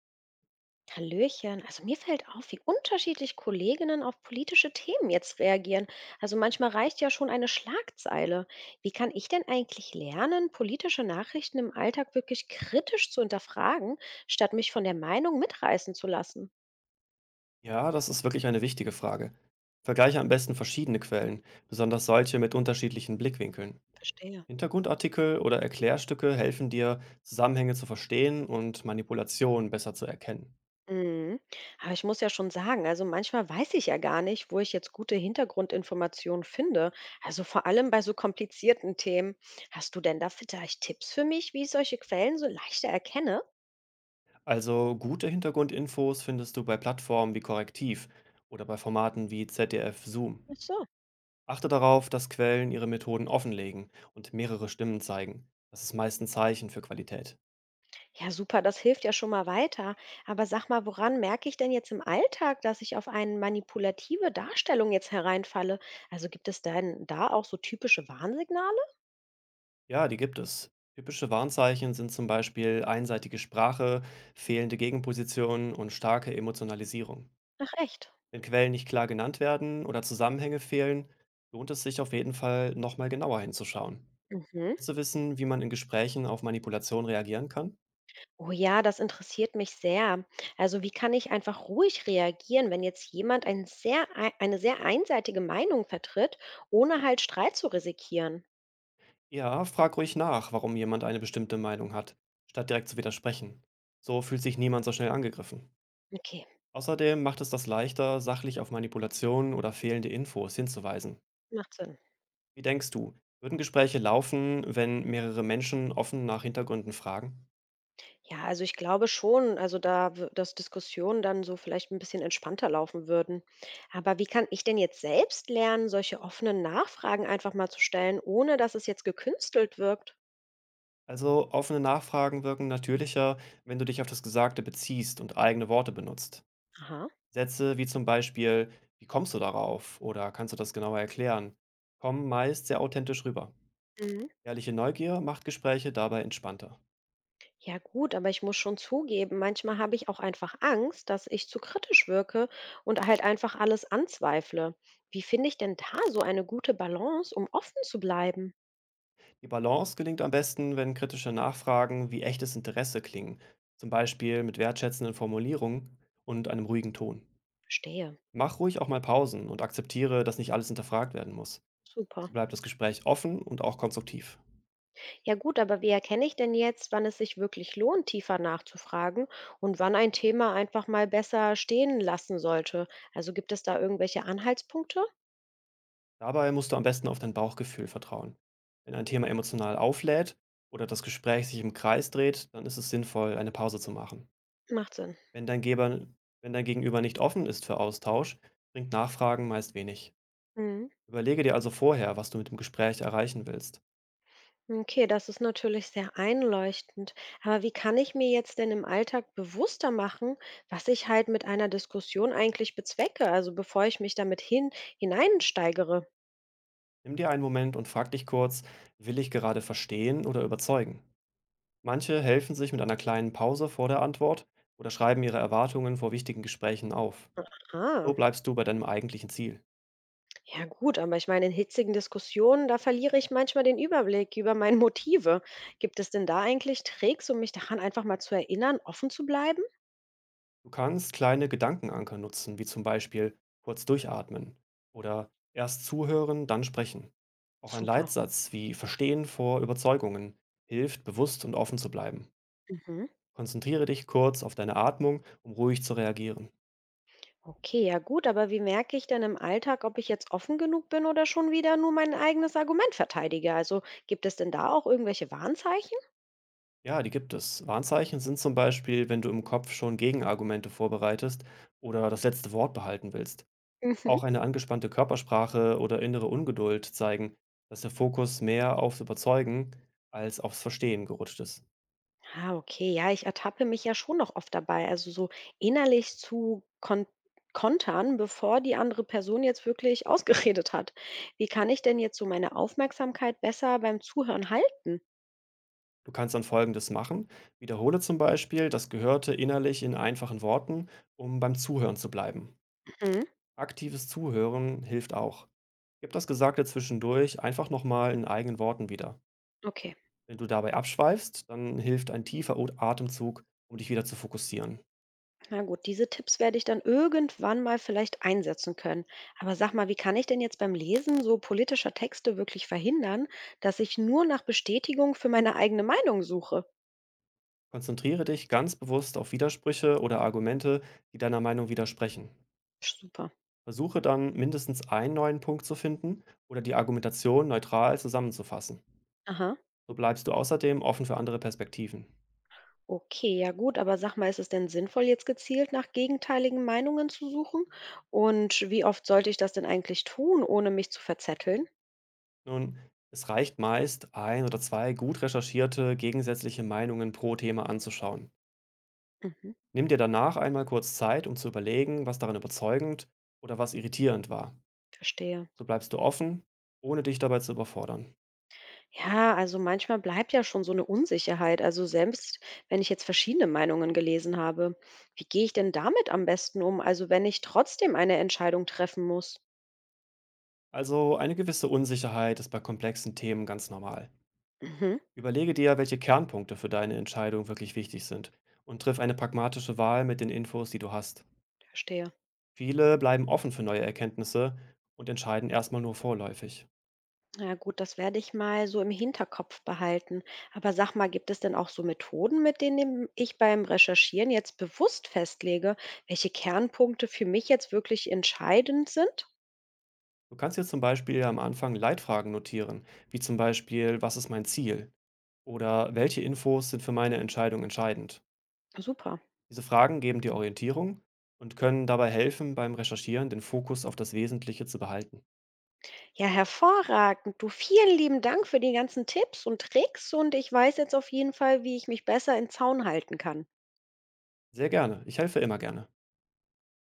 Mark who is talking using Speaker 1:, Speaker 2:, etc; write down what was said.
Speaker 1: Hallöchen. Also mir fällt auf, wie unterschiedlich Kolleginnen auf politische Themen jetzt reagieren. Also manchmal reicht ja schon eine Schlagzeile. Wie kann ich denn eigentlich lernen, politische Nachrichten im Alltag wirklich kritisch zu hinterfragen, statt mich von der Meinung mitreißen zu lassen?
Speaker 2: Ja, das ist wirklich eine wichtige Frage. Vergleiche am besten verschiedene Quellen, besonders solche mit unterschiedlichen Blickwinkeln.
Speaker 1: Verstehe.
Speaker 2: Hintergrundartikel oder Erklärstücke helfen dir, Zusammenhänge zu verstehen und Manipulationen besser zu erkennen.
Speaker 1: Mhm. Aber ich muss ja schon sagen, also manchmal weiß ich ja gar nicht, wo ich jetzt gute Hintergrundinformationen finde. Also vor allem bei so komplizierten Themen. Hast du denn da vielleicht Tipps für mich, wie ich solche Quellen so leichter erkenne?
Speaker 2: Also gute Hintergrundinfos findest du bei Plattformen wie Korrektiv oder bei Formaten wie ZDF Zoom.
Speaker 1: Ach so.
Speaker 2: Achte darauf, dass Quellen ihre Methoden offenlegen und mehrere Stimmen zeigen. Das ist meist ein Zeichen für Qualität.
Speaker 1: Ja, super, das hilft ja schon mal weiter. Aber sag mal, woran merke ich denn jetzt im Alltag, dass ich auf eine manipulative Darstellung jetzt hereinfalle? Also gibt es denn da auch so typische Warnsignale?
Speaker 2: Ja, die gibt es. Typische Warnzeichen sind zum Beispiel einseitige Sprache, fehlende Gegenpositionen und starke Emotionalisierung.
Speaker 1: Ach echt?
Speaker 2: Wenn Quellen nicht klar genannt werden oder Zusammenhänge fehlen, lohnt es sich auf jeden Fall, nochmal genauer hinzuschauen.
Speaker 1: Mhm.
Speaker 2: Willst du wissen, wie man in Gesprächen auf Manipulation reagieren kann?
Speaker 1: Oh ja, das interessiert mich sehr. Also wie kann ich einfach ruhig reagieren, wenn jetzt jemand eine sehr einseitige Meinung vertritt, ohne halt Streit zu riskieren?
Speaker 2: Ja, frag ruhig nach, warum jemand eine bestimmte Meinung hat, statt direkt zu widersprechen. So fühlt sich niemand so schnell angegriffen.
Speaker 1: Okay,
Speaker 2: Außerdem macht es das leichter, sachlich auf Manipulation oder fehlende Infos hinzuweisen.
Speaker 1: macht Sinn.
Speaker 2: Wie denkst du, würden Gespräche laufen, wenn mehrere Menschen offen nach Hintergründen fragen?
Speaker 1: Ja, also ich glaube schon, also da w dass Diskussionen dann so vielleicht ein bisschen entspannter laufen würden. Aber wie kann ich denn jetzt selbst lernen, solche offenen Nachfragen einfach mal zu stellen, ohne dass es jetzt gekünstelt wirkt?
Speaker 2: Also offene Nachfragen wirken natürlicher, wenn du dich auf das Gesagte beziehst und eigene Worte benutzt.
Speaker 1: Aha.
Speaker 2: Sätze wie zum Beispiel, wie kommst du darauf oder kannst du das genauer erklären, kommen meist sehr authentisch rüber.
Speaker 1: Mhm.
Speaker 2: Ehrliche Neugier macht Gespräche dabei entspannter.
Speaker 1: Ja gut, aber ich muss schon zugeben, manchmal habe ich auch einfach Angst, dass ich zu kritisch wirke und halt einfach alles anzweifle. Wie finde ich denn da so eine gute Balance, um offen zu bleiben?
Speaker 2: Die Balance gelingt am besten, wenn kritische Nachfragen wie echtes Interesse klingen, zum Beispiel mit wertschätzenden Formulierungen und einem ruhigen Ton.
Speaker 1: Verstehe.
Speaker 2: Mach ruhig auch mal Pausen und akzeptiere, dass nicht alles hinterfragt werden muss.
Speaker 1: Super.
Speaker 2: So bleibt das Gespräch offen und auch konstruktiv.
Speaker 1: Ja gut, aber wie erkenne ich denn jetzt, wann es sich wirklich lohnt, tiefer nachzufragen und wann ein Thema einfach mal besser stehen lassen sollte? Also gibt es da irgendwelche Anhaltspunkte?
Speaker 2: Dabei musst du am besten auf dein Bauchgefühl vertrauen. Wenn ein Thema emotional auflädt oder das Gespräch sich im Kreis dreht, dann ist es sinnvoll, eine Pause zu machen.
Speaker 1: Macht Sinn.
Speaker 2: Wenn dein, Geber, Wenn dein Gegenüber nicht offen ist für Austausch, bringt Nachfragen meist wenig.
Speaker 1: Mhm.
Speaker 2: Überlege dir also vorher, was du mit dem Gespräch erreichen willst.
Speaker 1: Okay, das ist natürlich sehr einleuchtend. Aber wie kann ich mir jetzt denn im Alltag bewusster machen, was ich halt mit einer Diskussion eigentlich bezwecke, also bevor ich mich damit hineinsteigere?
Speaker 2: Nimm dir einen Moment und frag dich kurz, will ich gerade verstehen oder überzeugen? Manche helfen sich mit einer kleinen Pause vor der Antwort oder schreiben ihre Erwartungen vor wichtigen Gesprächen auf.
Speaker 1: Ah.
Speaker 2: So bleibst du bei deinem eigentlichen Ziel.
Speaker 1: Ja gut, aber ich meine, in hitzigen Diskussionen, da verliere ich manchmal den Überblick über meine Motive. Gibt es denn da eigentlich Tricks, um mich daran einfach mal zu erinnern, offen zu bleiben?
Speaker 2: Du kannst kleine Gedankenanker nutzen, wie zum Beispiel kurz durchatmen oder erst zuhören, dann sprechen. Auch ein
Speaker 1: Super.
Speaker 2: Leitsatz wie Verstehen vor Überzeugungen hilft, bewusst und offen zu bleiben.
Speaker 1: Mhm.
Speaker 2: Konzentriere dich kurz auf deine Atmung, um ruhig zu reagieren.
Speaker 1: Okay, ja gut, aber wie merke ich denn im Alltag, ob ich jetzt offen genug bin oder schon wieder nur mein eigenes Argument verteidige? Also gibt es denn da auch irgendwelche Warnzeichen?
Speaker 2: Ja, die gibt es. Warnzeichen sind zum Beispiel, wenn du im Kopf schon Gegenargumente vorbereitest oder das letzte Wort behalten willst.
Speaker 1: Mhm.
Speaker 2: Auch eine angespannte Körpersprache oder innere Ungeduld zeigen, dass der Fokus mehr aufs Überzeugen als aufs Verstehen gerutscht ist.
Speaker 1: Ah, okay. Ja, ich ertappe mich ja schon noch oft dabei. Also so innerlich zu kontern, bevor die andere Person jetzt wirklich ausgeredet hat. Wie kann ich denn jetzt so meine Aufmerksamkeit besser beim Zuhören halten?
Speaker 2: Du kannst dann Folgendes machen. Wiederhole zum Beispiel das Gehörte innerlich in einfachen Worten, um beim Zuhören zu bleiben.
Speaker 1: Mhm.
Speaker 2: Aktives Zuhören hilft auch. Gib das Gesagte zwischendurch einfach nochmal in eigenen Worten wieder.
Speaker 1: Okay,
Speaker 2: Wenn du dabei abschweifst, dann hilft ein tiefer Atemzug, um dich wieder zu fokussieren.
Speaker 1: na gut, diese Tipps werde ich dann irgendwann mal vielleicht einsetzen können. Aber sag mal, wie kann ich denn jetzt beim Lesen so politischer Texte wirklich verhindern, dass ich nur nach Bestätigung für meine eigene Meinung suche?
Speaker 2: Konzentriere dich ganz bewusst auf Widersprüche oder Argumente, die deiner Meinung widersprechen.
Speaker 1: Super.
Speaker 2: Versuche dann mindestens einen neuen Punkt zu finden oder die Argumentation neutral zusammenzufassen.
Speaker 1: Aha.
Speaker 2: So bleibst du außerdem offen für andere Perspektiven.
Speaker 1: Okay, ja gut, aber sag mal, ist es denn sinnvoll, jetzt gezielt nach gegenteiligen Meinungen zu suchen? Und wie oft sollte ich das denn eigentlich tun, ohne mich zu verzetteln?
Speaker 2: Nun, es reicht meist, ein oder zwei gut recherchierte gegensätzliche Meinungen pro Thema anzuschauen.
Speaker 1: Mhm,
Speaker 2: Nimm dir danach einmal kurz Zeit, um zu überlegen, was daran überzeugend oder was irritierend war.
Speaker 1: verstehe.
Speaker 2: So bleibst du offen, ohne dich dabei zu überfordern.
Speaker 1: Ja, also manchmal bleibt ja schon so eine Unsicherheit, also selbst wenn ich jetzt verschiedene Meinungen gelesen habe. Wie gehe ich denn damit am besten um, also wenn ich trotzdem eine Entscheidung treffen muss?
Speaker 2: Also eine gewisse Unsicherheit ist bei komplexen Themen ganz normal.
Speaker 1: Mhm,
Speaker 2: Überlege dir, welche Kernpunkte für deine Entscheidung wirklich wichtig sind und triff eine pragmatische Wahl mit den Infos, die du hast.
Speaker 1: verstehe.
Speaker 2: Viele bleiben offen für neue Erkenntnisse und entscheiden erstmal nur vorläufig.
Speaker 1: Na gut, das werde ich mal so im Hinterkopf behalten. Aber sag mal, gibt es denn auch so Methoden, mit denen ich beim Recherchieren jetzt bewusst festlege, welche Kernpunkte für mich jetzt wirklich entscheidend sind?
Speaker 2: Du kannst dir zum Beispiel am Anfang Leitfragen notieren, wie zum Beispiel, was ist mein Ziel? Oder welche Infos sind für meine Entscheidung entscheidend?
Speaker 1: Super.
Speaker 2: Diese Fragen geben dir Orientierung und können dabei helfen, beim Recherchieren den Fokus auf das Wesentliche zu behalten.
Speaker 1: Ja, hervorragend. Du, vielen lieben Dank für die ganzen Tipps und Tricks und ich weiß jetzt auf jeden Fall, wie ich mich besser in Zaun halten kann.
Speaker 2: Sehr gerne, ich helfe immer gerne.